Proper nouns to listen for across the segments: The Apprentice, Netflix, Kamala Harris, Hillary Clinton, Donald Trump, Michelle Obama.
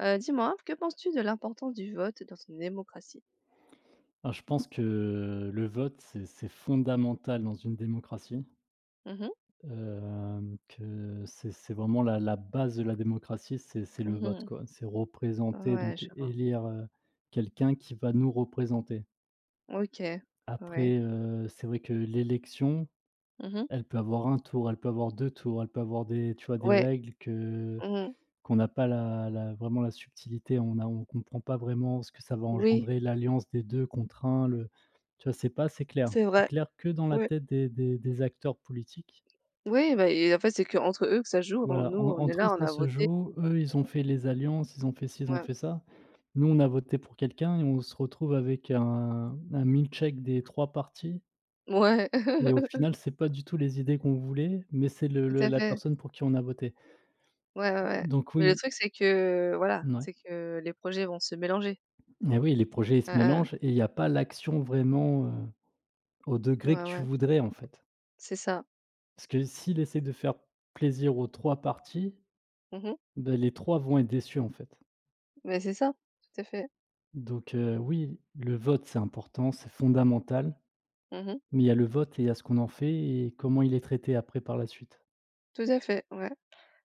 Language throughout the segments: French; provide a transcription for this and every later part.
Dis-moi, que penses-tu de l'importance du vote dans une démocratie? Ah, je pense que le vote, c'est fondamental dans une démocratie, Mhm, mhm. Que c'est vraiment la base de la démocratie, c'est le vote, quoi. C'est représenter, Ouais, donc je vois. élire, quelqu'un qui va nous représenter. OK. Ouais. Après, c'est vrai que l'élection, Mhm. elle peut avoir un tour, elle peut avoir 2 tours, elle peut avoir des, tu vois, des Ouais. règles que Mmh. Qu'on n'a pas la vraiment la subtilité, on comprend pas vraiment ce que ça va Oui, engendrer, l'alliance des 2 contre 1, le tu vois? C'est pas assez clair. c'est C'est vrai. clair que dans la Ouais. tête des acteurs politiques. Oui, bah et en fait, c'est que entre eux que ça joue, hein. Voilà, Nous, en on est entre eux, là, on ça a se voté. joue. Eux, ils ont fait les alliances, ils ont fait ci, ils ont Ouais. fait ça. Nous, on a voté pour quelqu'un et on se retrouve avec un milkshake des 3 partis Ouais. et au final, c'est pas du tout les idées qu'on voulait, mais c'est Tout le à la fait. personne pour qui on a voté. Ouais, ouais, ouais. Donc Mais le oui, truc, c'est que, voilà, ouais. c'est que les projets vont se mélanger. Et oui, les projets, ils se Hein, hein. mélangent et il y a pas l'action vraiment, au degré que Ouais, tu ouais. voudrais, en fait. C'est ça. Parce que s'il essaie de faire plaisir aux 3 parties, Mhm. bah, les 3 vont être déçus, en fait. Mais c'est ça. Tout à fait. Donc oui, le vote, c'est important, c'est fondamental, Mhm. mais il y a le vote et il y a ce qu'on en fait et comment il est traité après par la suite. Tout à fait, ouais.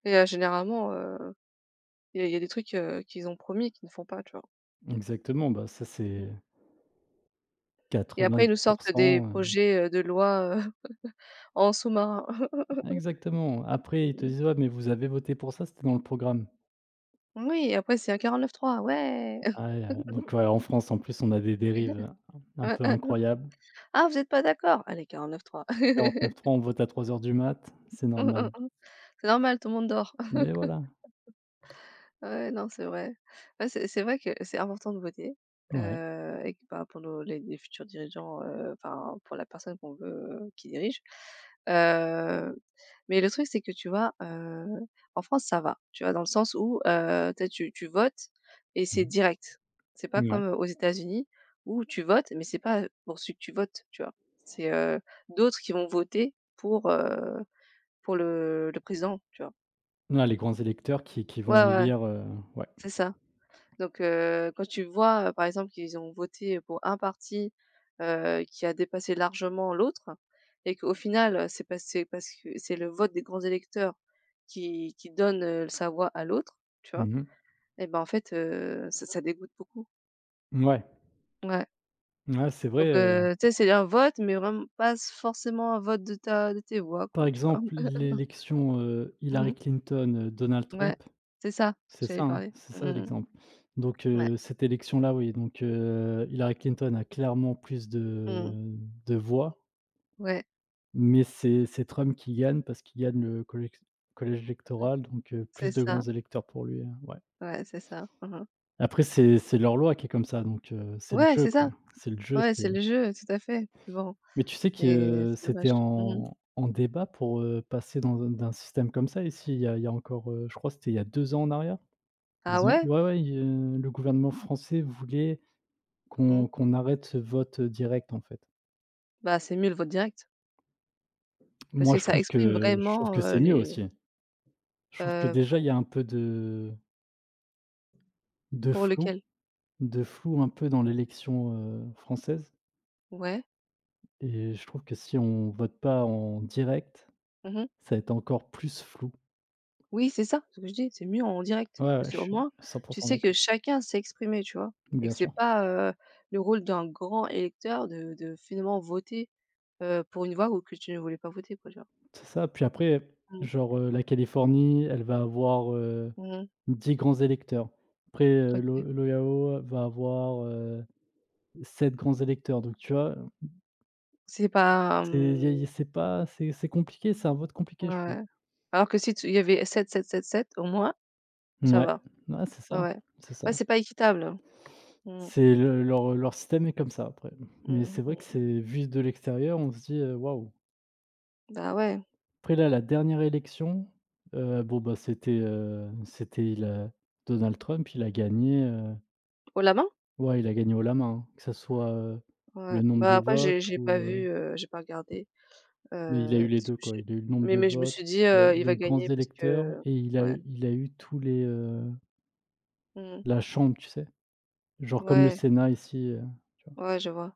Et généralement Il y a des trucs, qu'ils ont promis et qu'ils ne font pas, tu vois? Exactement, bah, ça, Mmh c'est mh. Et après, ils nous sortent 90, des heu projets, de loi, en sous-marin. exactement. Après, Mmh ils te mh. disent: «Ouais, mais vous avez voté pour ça, c'était dans le programme». Oui, et après c'est un 49.3, ouais! Ouais, donc ouais, en France, en plus, on a des dérives un peu incroyables. Ah, vous êtes pas d'accord? Allez, 49.3. 49.3, on vote à 3 heures du mat, c'est normal. C'est normal, tout le monde dort. Mais voilà, Ouais, non, c'est vrai. Ouais, c'est vrai que c'est important de voter, ouais. Et que, bah, pour nos les futurs dirigeants, enfin, pour la personne qu'on veut qui dirige, heu, mais le truc, c'est que, tu vois, en France, ça va, tu vois? Dans le sens où, tu votes et c'est Mmh. direct. C'est pas Mouais. Ouais. comme, aux États-Unis où tu votes, mais c'est pas, pour celui que tu votes, tu vois? C'est, d'autres qui vont voter pour le président, tu vois? Ah, les grands électeurs qui Ouais, vont ouais, élire, ouais. c'est ça. Donc, quand tu vois, par exemple, qu'ils ont voté pour un parti, qui a dépassé largement l'autre et qu'au final, c'est passé parce que c'est le vote des grands électeurs qui donne, sa voix à l'autre, tu vois? Mmh mh. Et ben, en fait, ça dégoûte beaucoup. Ouais. Ouais. Ouais, c'est vrai, Donc, tu sais, c'est un vote, mais vraiment pas forcément un vote de tes voix, quoi, par tu vois? exemple, l'élection, Hillary Mmh. Clinton, Donald Ouais, Trump, c'est ça, que c'est j'allais ça, hein, parler. c'est ça Mmh. l'exemple. Donc Ouais. Cette élection-là, oui, donc Hillary Clinton a clairement plus Mmh. de voix, Ouais. mais c'est Trump qui gagne parce qu'il gagne le collège Mmh. électoral, donc C'est plus de grands ça. électeurs pour lui, ouais. Ouais, c'est ça. Mmh. Après c'est leur loi qui est comme ça, donc c'est le Ouais, jeu, c'est quoi. ça. C'est le jeu, Ouais, c'est c'est le jeu, tout à fait. Bon, mais tu sais mais que c'est dommage. c'était Mmh. en débat pour, passer dans un d'un système comme ça ici, il y a encore, je crois c'était il y a 2 ans en arrière. Ah Ils ont ouais? Ouais, ouais, i le gouvernement français voulait Mmh. qu'on arrête ce vote, direct, en fait. Bah, c'est mieux le vote direct parce Moi que je ça trouve exprime que je trouve vraiment, que c'est mieux les aussi. Je trouve que heu, déjà il pour y a un peu de pour flou lequel, de flou un peu dans l'élection, française ouais. et je trouve que si on vote pas en direct, Mmh. ça va être encore plus flou. Oui, c'est ça, ce que je dis, c'est mieux en direct Ouais, parce ouais, je qu'au suis moins, 100 tu sais que d'accord. chacun s'est exprimé, tu vois? Et que Bien c'est sûr. pas, heu, le rôle d'un grand électeur de finalement voter, pour une voix ou que tu ne voulais pas voter, quoi, tu vois? C'est ça, puis après, Mmh. genre, la Californie, elle va avoir, Mmh. 10 grands électeurs. Après, OK. l'Ohio va avoir, 7 grands électeurs, donc tu vois, C'est pas, c'est y a mmh, y a c'est pas c'est compliqué, c'est un vote compliqué, je trouve. ouais. Alors que si tu il y avait sept sept sept sept au moins, ça Ouais, va. ouais, c'est Ouais, ça, ouais. c'est ça. Ouais, c'est pas équitable. Mmh. Leur système est comme ça après, mais Mmh c'est mh, vrai que mmh. c'est vu de l'extérieur, on se dit: «Waouh». Bah, ouais, Après là, la dernière élection, bon, bah, c'était, c'était il a Donald Trump, il a gagné, au la main? ouais, il a gagné haut la main, hein. Que ça soit, Ouais. le nombre Bah, de après votes j'ai pas ou, vu, j'ai pas regardé, mais il a eu les parce deux, que je quoi. Il a eu le nombre mais de mais je me suis votes, dit, il a heu: «Il il a va eu grands gagner» parce électeurs que et il a ouais. eu il a eu tous les, Mmh. la chambre, tu sais? Genre comme le Ouais, Sénat ici, tu vois? ouais, je vois.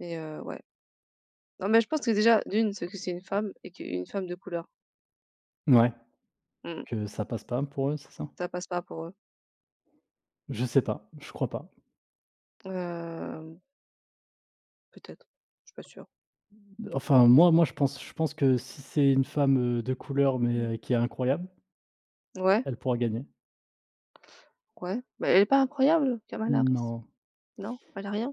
Mais ouais. Non, mais je pense que déjà, d'une c'est que c'est une femme et qu'une femme de couleur, Ouais, mmh, que ça passe pas pour eux, c'est ça? ça passe pas pour eux. Je sais pas, je crois pas. Hem, Peut-être, je suis pas sûre. Enfin moi je pense que si c'est une femme, de couleur Mmh. mais, qui est incroyable, Ouais, elle pourra gagner. ouais. Bah, elle est pas incroyable, Kamala Harris? Non. Non? Elle a rien?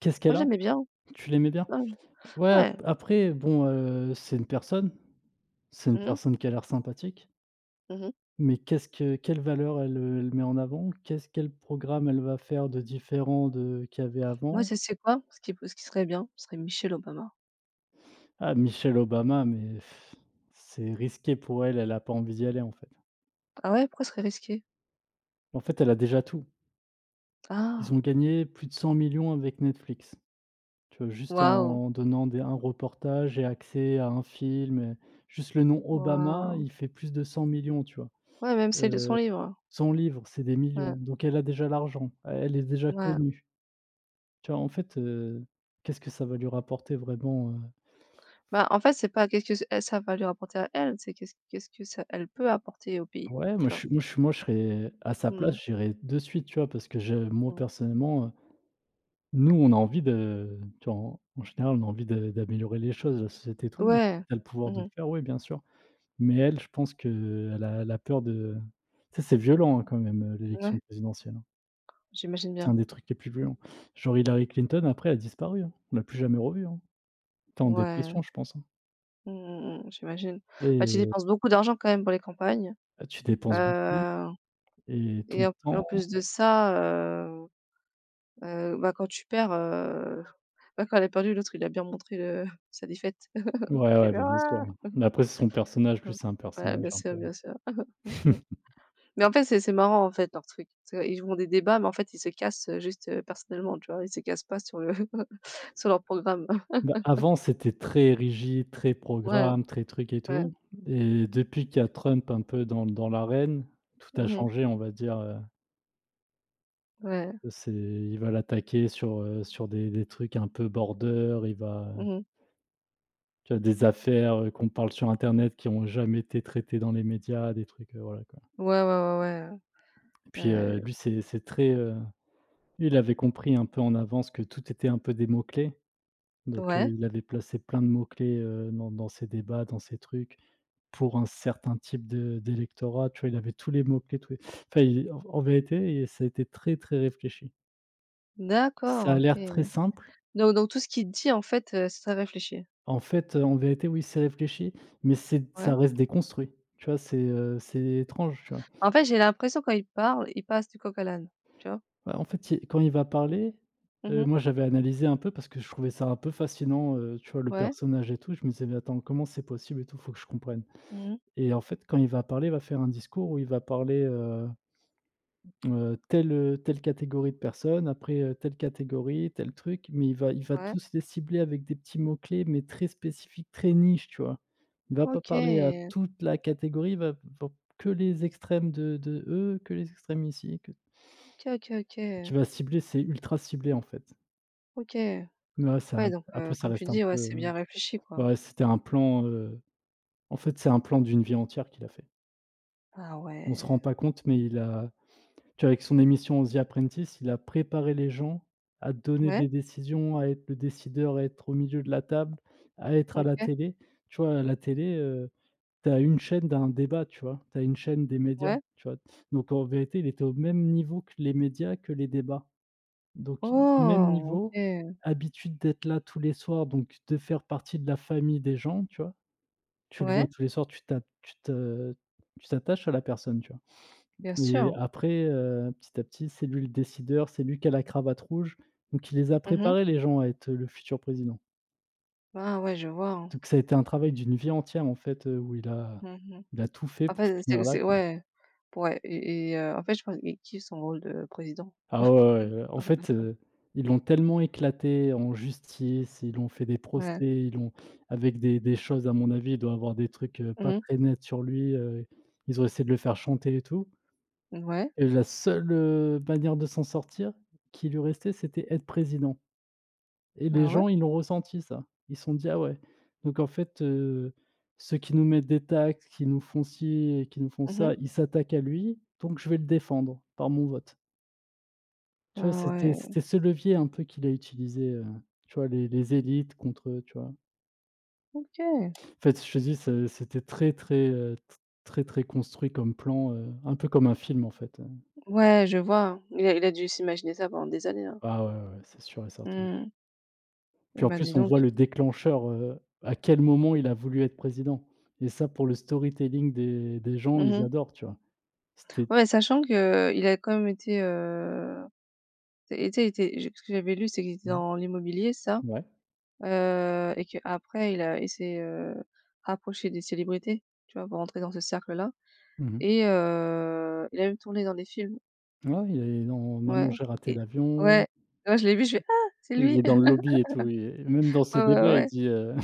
Qu'est-ce Moi, qu'elle a? j'aimais bien. Tu l'aimais bien? Non, je Ouais, ap ouais. après bon, c'est une personne, c'est une Mmh mh. personne qui a l'air sympathique, Mmh. mais qu'est-ce que quelle valeur elle met en avant? Qu'est-ce Quel programme elle va faire de différent de qu'il y avait Moi, avant? je sais quoi? Ce qui serait bien, ce serait Michelle Obama. Ah, Michelle Obama, mais pff, c'est risqué pour elle, elle n'a pas envie d'y aller, en fait. Ah ouais? Pourquoi ce serait risqué? En fait, elle a déjà tout. Ils Ah! ont gagné plus de 100 millions avec Netflix, tu vois? Juste Waouh! en donnant des un reportage et accès à un film, juste le nom Obama, Waouh! il fait plus de cent millions. Tu vois? Ouais, même celle de son Heu, livre. son livre, c'est des Ouais, millions, donc elle a déjà l'argent, elle est déjà ouais. connue. Tu vois? En fait, qu'est-ce que ça va lui rapporter vraiment? Bah, en fait, c'est pas qu'est-ce que elle ça va lui rapporter à elle, c'est qu'est-ce que ça elle peut apporter au pays, Ouais, tu vois? Moi je serais à sa place, Mmh, j'irais de suite, tu vois? Parce que je moi mmh. personnellement, nous on a envie de tu vois? En général, on a envie de d'améliorer les choses, la société et tout, et Ouais. si tu as le pouvoir de le Mmh. faire, oui, bien sûr. Mais elle, je pense qu'elle a peur de tu sais, c'est violent, hein, quand même, Ouais, l'élection présidentielle, hein. j'imagine C'est un bien. des trucs les plus violents. Genre Hillary Clinton après, elle a disparu, hein. On l'a plus jamais revue, hein. Tu es en Ouais. dépression, je pense, hein. Mmh mh, mmh, j'imagine. Bah, tu Et dépenses beaucoup d'argent quand même pour les campagnes, bah, tu heu dépenses beaucoup et et ton en temps. plus de ça, euh, bah, quand tu perds, ouais, quand elle a perdu, l'autre, il a bien montré le sa défaite. Ouais, Il ouais, fait: bah, bien sûr, «Ah!» ouais. Mais après c'est son personnage, Mmh. lui, c'est un Ouais, personnage bien un sûr, peu bien sûr. Mmh. Mais en fait, c'est marrant, en fait, leur truc. Tu vois? Ils font des débats, mais en fait, ils se cassent, juste, personnellement, tu vois? Ils se cassent pas sur le sur leur programme. bah, avant, c'était très rigide, très Ouais, programme, très truc et ouais. tout, et depuis qu'il y a Trump un peu dans l'arène, tout a Mmh. changé, on va dire, Ouais. c'est il va l'attaquer sur, sur des trucs un peu border, il va Mmh. tu vois, des affaires, qu'on parle sur internet qui ont jamais été traitées dans les médias, des trucs, voilà, quoi, Ouais, ouais, ouais, et puis, ouais, lui, c'est très, lui, il avait compris un peu en avance que tout était un peu des mots-clés, donc ouais. il avait placé plein de mots-clés, dans ses débats, dans ses trucs, pour un certain type de d'électorat, tu vois? Il avait tous les mots-clés, tous les enfin il en vérité, ça a été très, très réfléchi. Ça D'accord, a OK. l'air très simple. Donc tout ce qu'il dit, en fait, c'est très réfléchi. En fait, en vérité, oui, c'est réfléchi, mais c'est Ouais. ça reste déconstruit. Tu vois? C'est étrange, tu vois? En fait, j'ai l'impression quand il parle, il passe du coq à l'âne, tu vois? Bah, en fait, il quand il va parler, Mmh. moi, j'avais analysé un peu parce que je trouvais ça un peu fascinant, tu vois, le Ouais. personnage et tout. Je me disais: «Mais attends, comment c'est possible et tout? Faut que je comprenne» Mmh. et en fait, quand il va parler, il va faire un discours où il va parler, telle catégorie de personnes, après, telle catégorie, tel truc, mais il va Ouais. tous les cibler avec des petits mots-clés, mais très spécifiques, très niches, tu vois? Il va pas OK. parler à toute la catégorie, il va va que les extrêmes de eux, que les extrêmes ici, que OK, OK, donc OK, va cibler, c'est ultra ciblé, en fait. OK. Mais ouais, ça Ouais, donc après ça comme tu reste un dis, ouais, peu, c'est bien réfléchi, quoi. ouais, c'était un plan, en fait, c'est un plan d'une vie entière qu'il a fait. Ah On se ouais. rend pas compte, mais il a tu vois, avec son émission The Apprentice, il a préparé les gens à donner Ouais, des décisions, à être le décideur, à être au milieu de la table, à être à la OK, télé. Tu vois, à la télé, tu as une chaîne d'un débat, tu vois? Tu as une chaîne des médias, ouais. tu vois? Donc en vérité, il était au même niveau que les médias, que les débats. Donc i même Oh! niveau, OK. habitude d'être là tous les soirs, donc de faire partie de la famille des gens, tu vois? Tu le vois Ouais, tous les soirs, tu t'attaches à la personne, tu bien vois? Et sûr. après, petit à petit, c'est lui le décideur, c'est lui qui a la cravate rouge, donc il les a Mmh mh. préparés, les gens, à être le futur président. Ah ouais, je vois, hein. Donc ça a été un travail d'une vie entière, en fait, où il a Mmh mh. il a tout fait En pour fait, finir c'est là, c'est quoi. ouais. Ouais et en fait, je pense il kiffe son rôle de président. Ah ouais, ouais, ouais. En fait, ils l'ont tellement éclaté en justice, ils l'ont fait des procès, Ouais. ils l'ont avec des choses, à mon avis, il doit avoir des trucs, Mmh pas mh. très nets sur lui, ils ont essayé de le faire chanter et tout, Ouais. et la seule, manière de s'en sortir qui lui restait, c'était être président et les Ah ouais. gens, ils l'ont ressenti, ça. Ils se sont dit: «Ah ouais». Donc en fait, ceux qui nous mettent des taxes, qui nous font ci et qui nous font Mmh mh. ça, ils s'attaquent à lui, donc je vais le défendre par mon vote. Ah Tu vois, c'était ouais. c'était ce levier un peu qu'il a utilisé, tu vois, les élites contre, tu vois? OK. En fait, je te dis, ce c'était très, très, t très, très construit comme plan, un peu comme un film, en fait, Ouais, je vois. Il a dû s'imaginer ça pendant des années, hein. Ah ouais, ouais, c'est sûr et certain. Mmh. Eh Puis, en ben, dis plus, on donc. voit le déclencheur, à quel moment il a voulu être président et ça, pour le storytelling des gens, Mmh ils mh. adorent, tu vois? C'était Ouais, sachant que il a quand même été, et tu sais, il était je ce que j'avais lu, c'est qu'il était mmh, dans l'immobilier, ça? ouais. Et que après il s'est, rapproché des célébrités, tu vois? Pour rentrer dans ce cercle-là Mmh mh. et il a même tourné dans des films. Ouais, il est dans Ouais «Maman, j'ai raté et l'avion», ouais, ouais, je l'ai vu, je fais: «Ah, c'est il lui!» est dans le lobby et tout et même dans Ouais, ses ouais, ouais, débats, il ouais. dit.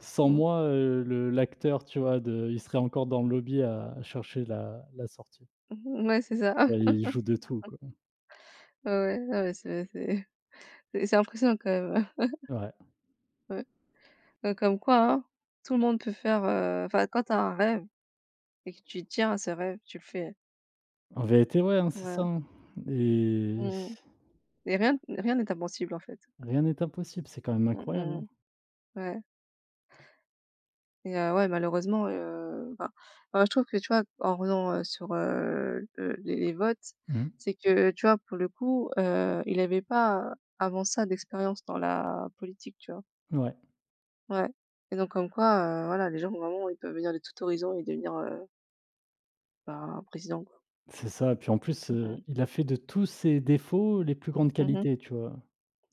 Sans Mmh. moi, le l'acteur, tu vois, de il serait encore dans le lobby à chercher la la sortie. Ouais, c'est ça. Bah, il joue de tout, quoi. Ouais, ouais, non, mais c'est impressionnant quand même. Ouais. Ouais, ouais, comme quoi, hein, tout le monde peut faire, enfin, quand t'as un rêve et que tu tiens à ce rêve, tu le fais. En vérité, ouais, hein, c'est ça, Ouais. hein, et Mmh. Et rien n'est impossible en fait. rien n'est impossible, c'est quand même Mmh incroyable, mh, hein. ouais et ouais malheureusement, enfin, je trouve que tu vois, en revenant, sur, le les votes, Mmh. c'est que tu vois, pour le coup, il avait pas avant ça d'expérience dans la politique, tu vois? Ouais, Ouais et donc comme quoi, voilà, les gens vraiment ils peuvent venir de tout horizon et devenir, ben, président quoi. c'est ça, puis en plus, Mmh mh. Il a fait de tous ses défauts les plus grandes Mmh mh. qualités, tu vois?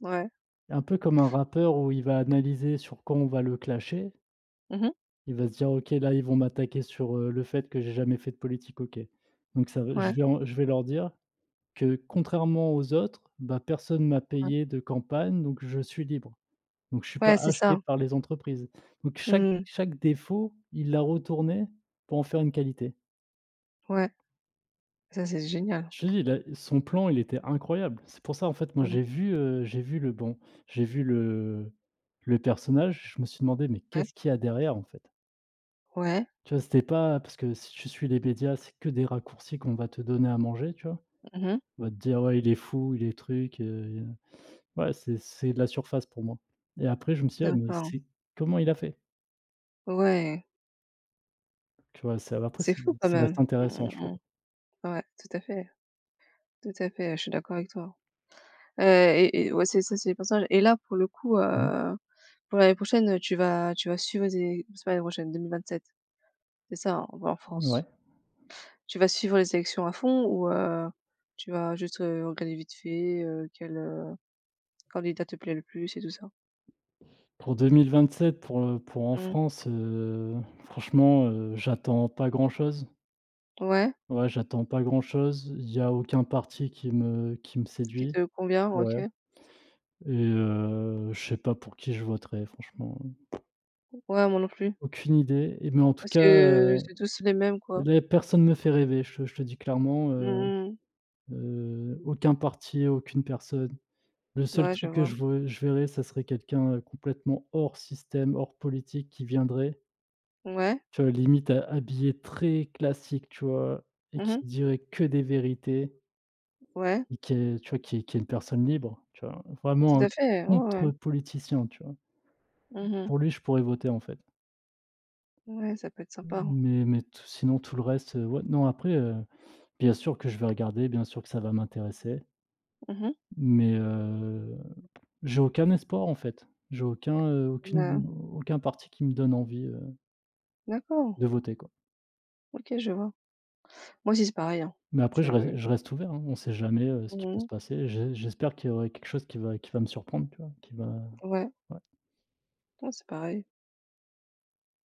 Ouais. Un peu comme un rappeur où il va analyser sur quoi on va le clasher. Mmh mh. Il va se dire: «OK, là, ils vont m'attaquer sur, le fait que j'ai jamais fait de politique, OK. Donc ça va Ouais, je vais leur dire» que contrairement aux autres, bah, personne m'a ouais. payé de campagne, donc je suis libre. Donc je suis pas Ouais, c'est ça. acheté par les entreprises. Donc chaque Mmh mh. chaque défaut, il l'a retourné pour en faire une qualité. Ouais, ça c'est génial. Je te dis, là, son plan, il était incroyable. C'est pour ça, en fait, moi, Mmh mh. J'ai vu le bon, j'ai vu le personnage, je me suis demandé: «Mais Ouais. qu'est-ce qu'il y a derrière, en fait?» Ouais. Tu vois? C'était pas parce que si tu suis les médias, c'est que des raccourcis qu'on va te donner à manger, tu vois? Mmh mh. On va te dire: «Ouais, il est fou, il est truc,» Ouais, c'est de la surface pour moi et après je me suis dit: «Ah mais D'accord. c'est comment il a fait?» Ouais, Tu vois? C'est après c'est ça fou quand ça reste même. Mmh intéressant je mh, trouve. mmh. Ouais, tout à fait, je suis d'accord avec toi. Et ouais, c'est ça, c'est les personnages et là, pour le coup, Mmh. Pour l'année prochaine, tu vas suivre les c'est pas l'année prochaine, 2027, c'est ça, hein? On va en Ouais. France. Tu vas suivre les élections à fond ou tu vas juste, regarder vite fait, quel, candidat te plaît le plus et tout ça? Pour 2027 pour en Mmh. France, franchement, j'attends pas grand chose. Ouais, Ouais, j'attends pas grand chose. Il y a aucun parti qui me qui séduit. te convient, Ouais OK. et je sais pas pour qui je voterai franchement, Ouais, moi non plus. aucune idée et mais en tout Parce cas, que c'est tous les mêmes, quoi. là personne me fait rêver, je te dis clairement, Mmh mh. Aucun parti, aucune personne. Le seul Ouais, je truc que vois. Je verrais, ça serait quelqu'un, complètement hors système, hors politique qui viendrait, Ouais. tu vois? Limite ha habillé très classique, tu vois? Et qui Mmh. dirait que des vérités Ouais. et qui est tu vois? Qui est une personne libre, tu vois? Tout Vraiment à un fait, ouais, ouais. contre-politicien, tu vois? Mmh. Pour lui, je pourrais voter, en fait. Ouais, ça peut être sympa. Mais tout le reste, ouais, non après, bien sûr que je vais regarder, bien sûr que ça va m'intéresser. Mmh mh. Mais j'ai aucun espoir, en fait. J'ai aucun, Bah, aucune aucun parti qui me donne envie, d'accord, de voter, quoi. OK, je vois. Moi aussi, c'est pareil, hein. Mais après Je je reste ouvert, hein. On ne sait jamais, ce qui peut Mmh, se passer. J'espère qu'il y aurait quelque chose qui va me surprendre, tu vois? Qui va ouais, ouais. ouais, c'est pareil.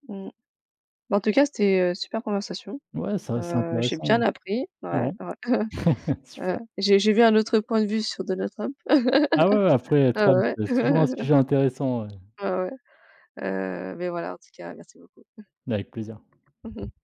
Mmh. Bah, en tout cas, c'était, super conversation. Ouais, ça c'est J'ai bien intéressant, appris. ouais. Ouais, Ouais. ouais, ouais. Super. J'ai vu un autre point de vue sur Donald Trump. Ah ouais, ouais, après, Ouais, Trump, ouais, c'est toujours un ouais. sujet intéressant, ouais. Ouais, ouais. Mais voilà, en tout cas, merci beaucoup. Avec plaisir.